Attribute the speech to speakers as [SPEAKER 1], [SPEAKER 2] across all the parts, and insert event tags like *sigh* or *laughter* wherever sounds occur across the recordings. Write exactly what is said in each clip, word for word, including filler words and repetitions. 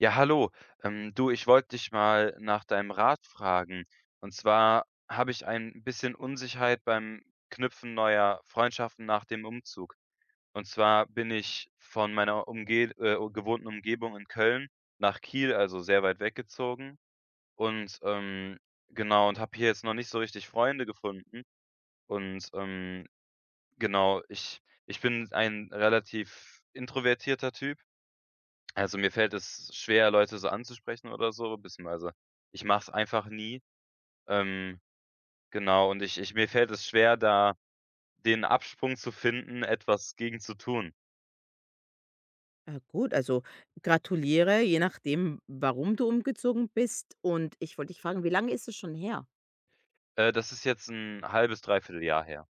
[SPEAKER 1] Ja, hallo. Ähm, du, ich wollte dich mal nach deinem Rat fragen. Und zwar habe ich ein bisschen Unsicherheit beim Knüpfen neuer Freundschaften nach dem Umzug. Und zwar bin ich von meiner umge äh, gewohnten Umgebung in Köln nach Kiel, also sehr weit weggezogen. Und ähm, genau, und habe hier jetzt noch nicht so richtig Freunde gefunden. Und ähm, genau, ich, ich bin ein relativ introvertierter Typ, also mir fällt es schwer, Leute so anzusprechen oder so, beziehungsweise ich mache es einfach nie. Ähm, genau, und ich ich mir fällt es schwer, da den Absprung zu finden, etwas gegen zu tun.
[SPEAKER 2] Ah, gut, also gratuliere, je nachdem, warum du umgezogen bist. Und ich wollte dich fragen, wie lange ist es schon her?
[SPEAKER 1] Äh, das ist jetzt ein halbes zwei Jahr her.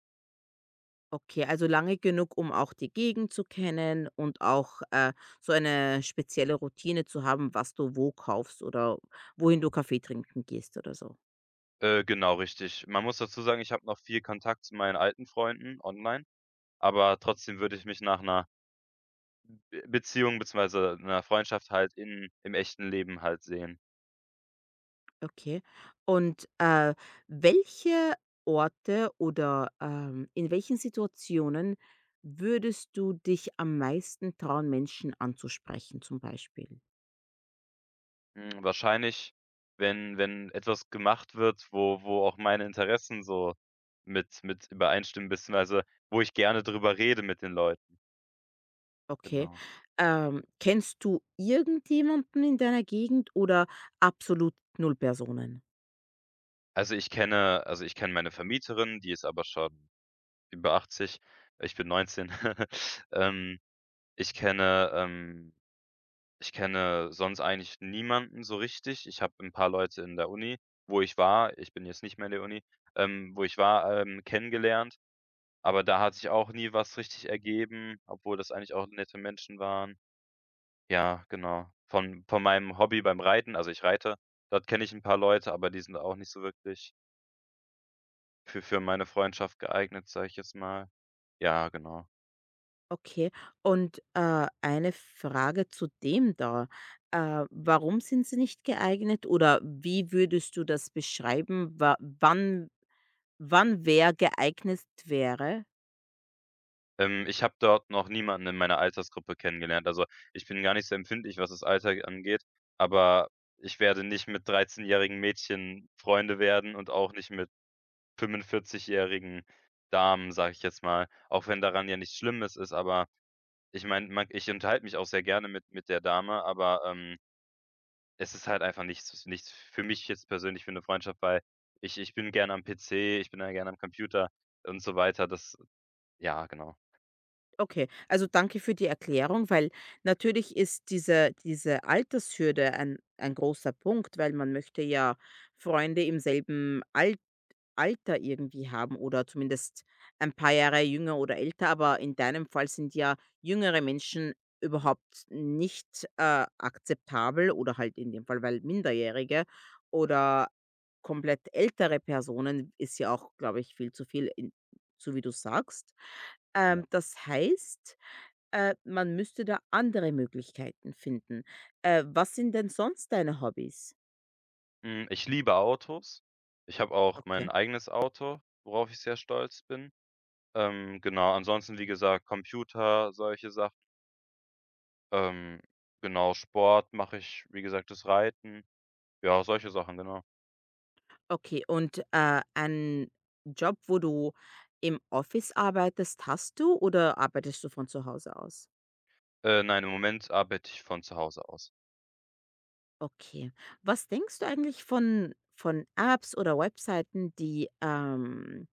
[SPEAKER 2] Okay, also lange genug, um auch die Gegend zu kennen und auch äh, so eine spezielle Routine zu haben, was du wo kaufst oder wohin du Kaffee trinken gehst oder so.
[SPEAKER 1] Äh, genau, richtig. Man muss dazu sagen, ich habe noch viel Kontakt zu meinen alten Freunden online, aber trotzdem würde ich mich nach einer Be Beziehung beziehungsweise einer Freundschaft halt in im echten Leben halt sehen.
[SPEAKER 2] Okay. Und äh, welche Orte oder ähm, in welchen Situationen würdest du dich am meisten trauen, Menschen anzusprechen, zum Beispiel?
[SPEAKER 1] Hm, wahrscheinlich, wenn wenn etwas gemacht wird, wo wo auch meine Interessen so mit mit übereinstimmen, beziehungsweise wo ich gerne drüber rede mit den Leuten,
[SPEAKER 2] Okay.
[SPEAKER 1] genau.
[SPEAKER 2] Ähm, kennst du irgendjemanden in deiner Gegend oder absolut Null Personen?
[SPEAKER 1] Also ich kenne, also ich kenne meine Vermieterin, die ist aber schon über achtzig, ich bin neunzehn. *laughs* Ähm, ich kenne ähm, ich kenne sonst eigentlich niemanden so richtig. Ich habe ein paar Leute in der Uni, wo ich war, ich bin jetzt nicht mehr in der Uni, ähm, wo ich war, ähm, kennengelernt. Aber da hat sich auch nie was richtig ergeben, obwohl das eigentlich auch nette Menschen waren. Ja, genau. Von von meinem Hobby beim Reiten, also ich reite, dort kenne ich 'n paar Leute, aber die sind auch nicht so wirklich für für meine Freundschaft geeignet, sage ich jetzt mal. Ja, genau.
[SPEAKER 2] Okay. Und, äh, eine Frage zu dem da. Äh, warum sind sie nicht geeignet oder wie würdest du das beschreiben, wa wann wann wer geeignet wäre?
[SPEAKER 1] Ähm, ich habe dort noch niemanden in meiner Altersgruppe kennengelernt. Also, ich bin gar nicht so empfindlich, was das Alter angeht, aber ich werde nicht mit dreizehnjährigen Mädchen Freunde werden und auch nicht mit fünfundvierzig-jährigen Damen, sage ich jetzt mal, auch wenn daran ja nichts Schlimmes ist, aber ich meine, ich unterhalte mich auch sehr gerne mit mit der Dame, aber ähm, es ist halt einfach nichts nichts für mich jetzt persönlich für eine Freundschaft, weil ich ich bin gerne am P C, ich bin da gerne am Computer und so weiter. Das Ja, genau.
[SPEAKER 2] Okay, also danke für die Erklärung, weil natürlich ist diese diese Altershürde ein ein großer Punkt, weil man möchte ja Freunde im selben Alter Alter irgendwie haben oder zumindest ein paar Jahre jünger oder älter, aber in deinem Fall sind ja jüngere Menschen überhaupt nicht, äh, akzeptabel oder halt in dem Fall, weil Minderjährige oder komplett ältere Personen ist ja auch, glaube ich, viel zu viel, in so wie du sagst.
[SPEAKER 1] Ja.
[SPEAKER 2] Ähm, das heißt, äh, man müsste da andere Möglichkeiten finden. Äh, was sind denn sonst deine Hobbys?
[SPEAKER 1] Hm, ich liebe Autos. Ich habe auch
[SPEAKER 2] Okay.
[SPEAKER 1] mein eigenes Auto, worauf ich sehr stolz bin. Ähm, genau, ansonsten, wie gesagt, Computer, solche Sachen. Ähm, genau, Sport mache ich, wie gesagt, das Reiten. Ja, solche Sachen, genau.
[SPEAKER 2] Okay, und, äh, einen Job, wo du im Office arbeitest, hast du oder arbeitest du von zu Hause aus?
[SPEAKER 1] Äh, nein, im Moment arbeite ich von zu Hause aus.
[SPEAKER 2] Okay. Was denkst du eigentlich von von Apps oder Webseiten, die, ähm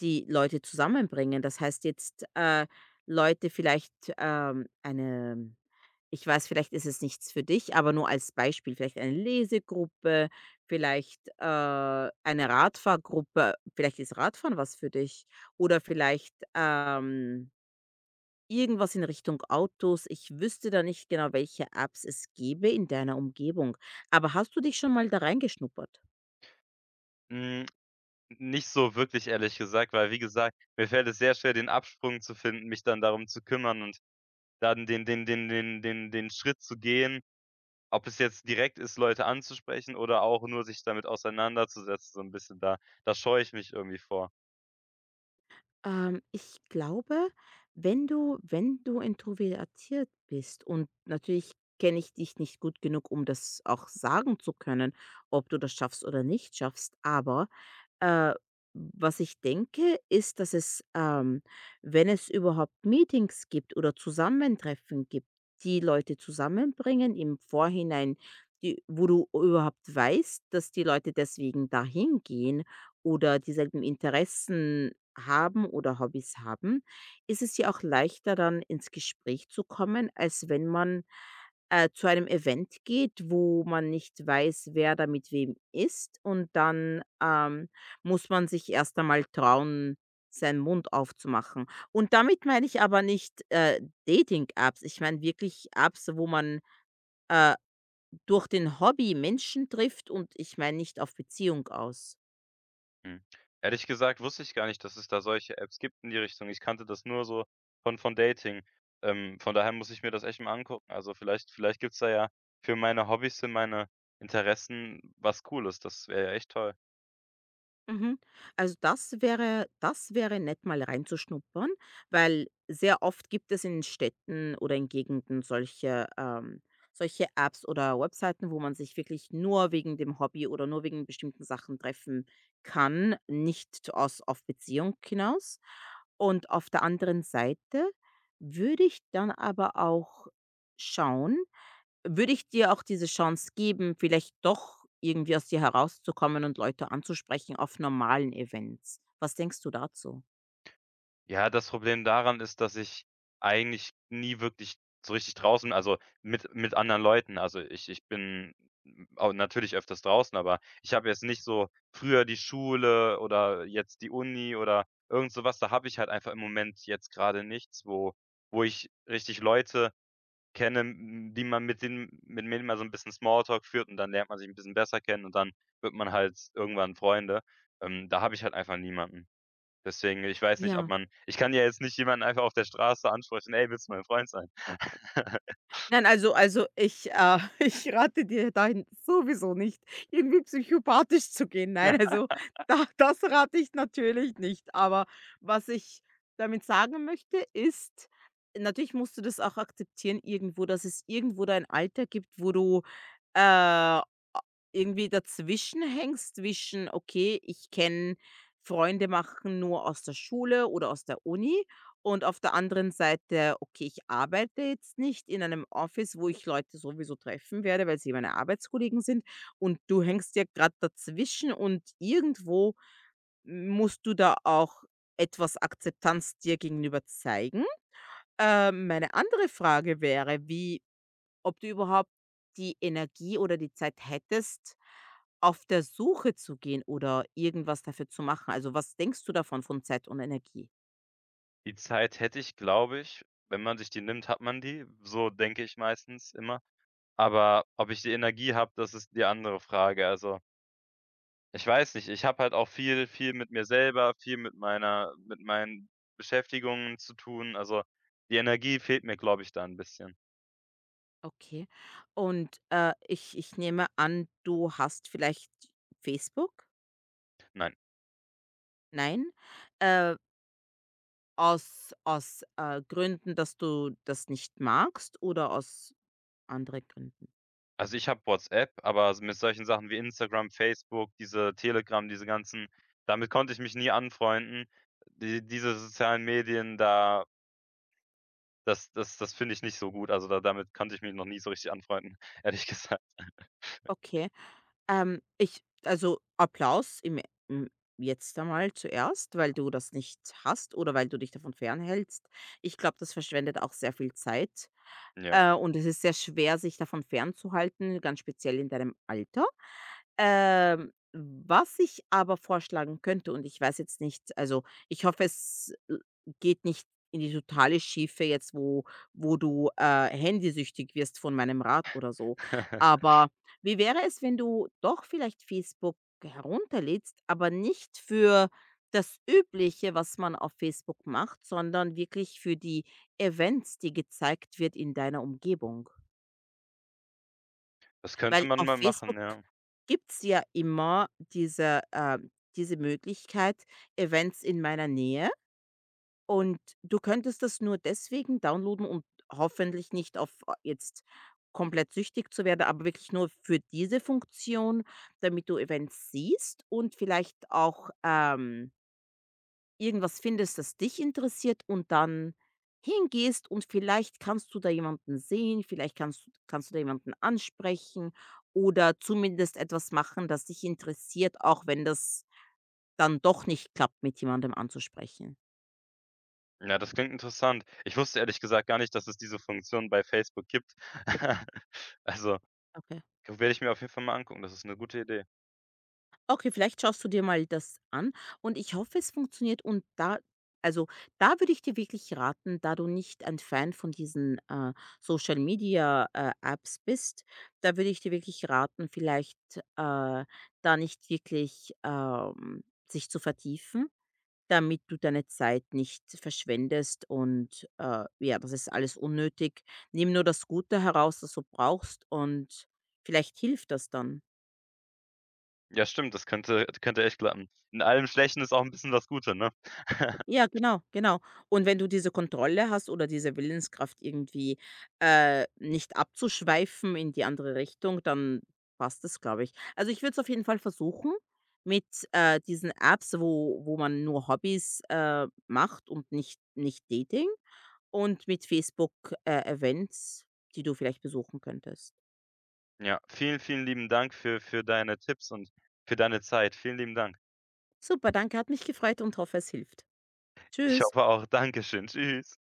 [SPEAKER 2] die Leute zusammenbringen? Das heißt jetzt, äh, Leute vielleicht. Ähm, eine Ich weiß, vielleicht ist es nichts für dich, aber nur als Beispiel, vielleicht eine Lesegruppe, vielleicht, äh, eine Radfahrgruppe. Vielleicht ist Radfahren was für dich oder vielleicht, ähm, irgendwas in Richtung Autos. Ich wüsste da nicht genau, welche Apps es gäbe in deiner Umgebung. Aber hast du dich schon mal da reingeschnuppert?
[SPEAKER 1] Hm, nicht so wirklich, ehrlich gesagt, weil, wie gesagt, mir fällt es sehr schwer, den Absprung zu finden, mich dann darum zu kümmern und dann den den den den den den Schritt zu gehen, ob es jetzt direkt ist, Leute anzusprechen oder auch nur sich damit auseinanderzusetzen, so ein bisschen, da da scheue ich mich irgendwie vor.
[SPEAKER 2] Ähm, ich glaube, wenn du wenn du introvertiert bist und natürlich kenne ich dich nicht gut genug, um das auch sagen zu können, ob du das schaffst oder nicht schaffst, aber äh, was ich denke, ist, dass es, ähm, wenn es überhaupt Meetings gibt oder Zusammentreffen gibt, die Leute zusammenbringen im Vorhinein, die, wo du überhaupt weißt, dass die Leute deswegen dahin gehen oder dieselben Interessen haben oder Hobbys haben, ist es ja auch leichter dann ins Gespräch zu kommen, als wenn man äh, zu einem Event geht, wo man nicht weiß, wer da mit wem ist und dann ähm, muss man sich erst einmal trauen, seinen Mund aufzumachen. Und damit meine ich aber nicht, äh, Dating-Apps. Ich meine wirklich Apps, wo man, äh, durch den Hobby Menschen trifft und ich meine nicht auf Beziehung aus.
[SPEAKER 1] Mhm. Ehrlich gesagt wusste ich gar nicht, dass es da solche Apps gibt in die Richtung. Ich kannte das nur so von von Dating. Ähm, von daher muss ich mir das echt mal angucken. Also vielleicht vielleicht gibt's da ja für meine Hobbys, für meine Interessen was Cooles. Das wäre ja echt toll.
[SPEAKER 2] Mhm. Also, das wäre das wäre nett, mal reinzuschnuppern, weil sehr oft gibt es in Städten oder in Gegenden solche, ähm solche Apps oder Webseiten, wo man sich wirklich nur wegen dem Hobby oder nur wegen bestimmten Sachen treffen kann, nicht aus auf Beziehung hinaus. Und auf der anderen Seite würde ich dann aber auch schauen, würde ich dir auch diese Chance geben, vielleicht doch irgendwie aus dir herauszukommen und Leute anzusprechen auf normalen Events. Was denkst du dazu?
[SPEAKER 1] Ja, das Problem daran ist, dass ich eigentlich nie wirklich so richtig draußen, also mit mit anderen Leuten, also ich ich bin, hm, au natürlich öfters draußen, aber ich habe jetzt nicht so früher die Schule oder jetzt die Uni oder irgend so was. Da habe ich halt einfach im Moment jetzt gerade nichts, wo wo ich richtig Leute kenne, m die man, mit denen mit denen mal so ein bisschen Smalltalk führt und dann lernt man sich ein bisschen besser kennen und dann wird man halt irgendwann Freunde. Ähm, da habe ich halt einfach niemanden. Deswegen, ich weiß nicht, ob
[SPEAKER 2] Ja.
[SPEAKER 1] man, ich kann ja jetzt nicht jemanden einfach auf der Straße ansprechen: „Ey, willst du mein Freund sein?“ *laughs*
[SPEAKER 2] Nein, also also ich, äh *laughs* ich rate dir dahin sowieso nicht, irgendwie psychopathisch zu gehen. Nein,
[SPEAKER 1] Ja,
[SPEAKER 2] also da das rate ich natürlich nicht. Aber was ich damit sagen möchte, ist, natürlich musst du das auch akzeptieren irgendwo, dass es irgendwo dein Alter gibt, wo du, äh irgendwie dazwischen hängst, zwischen: „Okay, ich kenne Freunde machen nur aus der Schule oder aus der Uni" und auf der anderen Seite: „Okay, ich arbeite jetzt nicht in einem Office, wo ich Leute sowieso treffen werde, weil sie meine Arbeitskollegen sind" und du hängst ja gerade dazwischen und irgendwo musst du da auch etwas Akzeptanz dir gegenüber zeigen. Ähm, meine andere Frage wäre, wie ob du überhaupt die Energie oder die Zeit hättest, auf der Suche zu gehen oder irgendwas dafür zu machen. Also, was denkst du davon von Zeit und Energie?
[SPEAKER 1] die Zeit hätte ich, glaube ich, wenn man sich die nimmt, hat man die. So denke ich meistens immer. Aber ob ich die Energie habe, das ist die andere Frage. Also ich weiß nicht, ich habe halt auch viel viel mit mir selber, viel mit meiner, mit meinen Beschäftigungen zu tun. Also die Energie fehlt mir, glaube ich, da 'n bisschen.
[SPEAKER 2] Okay. Und, äh, ich ich nehme an, du hast vielleicht Facebook?
[SPEAKER 1] Nein.
[SPEAKER 2] Nein? Äh, aus aus, äh, Gründen, dass du das nicht magst oder aus anderen Gründen?
[SPEAKER 1] Also ich habe WhatsApp, aber s mit solchen Sachen wie Instagram, Facebook, diese Telegram, diese ganzen, damit konnte ich mich nie anfreunden. Die diese sozialen Medien da, das das das finde ich nicht so gut. Also da damit konnte ich mich noch nie so richtig anfreunden, *laughs* ehrlich gesagt.
[SPEAKER 2] Okay. Ähm, ich also, Applaus im im jetzt einmal zuerst, weil du das nicht hast oder weil du dich davon fernhältst. Ich glaube, das verschwendet auch sehr viel Zeit.
[SPEAKER 1] Ja.
[SPEAKER 2] Äh, und es ist sehr schwer, sich davon fernzuhalten, ganz speziell in deinem Alter. Ähm, was ich aber vorschlagen könnte, und ich weiß jetzt nicht, also ich hoffe, es, äh, geht nicht in die totale Schiefe jetzt, wo wo du, äh, handysüchtig wirst von meinem Rat oder so.
[SPEAKER 1] *laughs*
[SPEAKER 2] Aber wie wäre es, wenn du doch vielleicht Facebook herunterlädst, aber nicht für das Übliche, was man auf Facebook macht, sondern wirklich für die Events, die gezeigt wird in deiner Umgebung.
[SPEAKER 1] Das könnte
[SPEAKER 2] Weil
[SPEAKER 1] man
[SPEAKER 2] auf
[SPEAKER 1] mal machen,
[SPEAKER 2] Facebook
[SPEAKER 1] ja.
[SPEAKER 2] gibt's ja immer diese ähm, diese Möglichkeit, Events in meiner Nähe, und du könntest das nur deswegen downloaden und hoffentlich nicht auf äh, jetzt komplett süchtig zu werden, aber wirklich nur für diese Funktion, damit du Events siehst und vielleicht auch, ähm irgendwas findest, das dich interessiert und dann hingehst, und vielleicht kannst du da jemanden sehen, vielleicht kannst du kannst du da jemanden ansprechen oder zumindest etwas machen, das dich interessiert, auch wenn das dann doch nicht klappt, mit jemandem anzusprechen.
[SPEAKER 1] Ja, das klingt interessant. Ich wusste ehrlich gesagt gar nicht, dass es diese Funktion bei Facebook gibt. *laughs* Also werde ich mir auf jeden Fall mal angucken. Das ist eine gute Idee.
[SPEAKER 2] Okay, vielleicht schaust du dir mal das an, und ich hoffe, es funktioniert, und da also, da würde ich dir wirklich raten, da du nicht ein Fan von diesen, äh, Social Media, äh, Apps bist, da würde ich dir wirklich raten, vielleicht, äh, da nicht wirklich, ähm, sich zu vertiefen, damit du deine Zeit nicht verschwendest und, äh, ja, das ist alles unnötig. Nimm nur das Gute heraus, das du brauchst, und vielleicht hilft das dann.
[SPEAKER 1] Ja, stimmt, das könnte könnte echt klappen. In allem Schlechten ist auch 'n bisschen das Gute, ne? *laughs*
[SPEAKER 2] Ja, genau, genau. Und wenn du diese Kontrolle hast oder diese Willenskraft irgendwie, äh, nicht abzuschweifen in die andere Richtung, dann passt es, glaube ich. Also, ich würde es auf jeden Fall versuchen mit, äh, diesen Apps, wo wo man nur Hobbys, äh, macht und nicht nicht Dating, und mit Facebook, äh, Events, die du vielleicht besuchen könntest.
[SPEAKER 1] Ja, vielen, vielen lieben Dank für für deine Tipps und für deine Zeit. Vielen lieben Dank.
[SPEAKER 2] Super, danke, hat mich gefreut und hoffe, es hilft.
[SPEAKER 1] Ich
[SPEAKER 2] Tschüss.
[SPEAKER 1] hoffe auch. Dankeschön. Tschüss.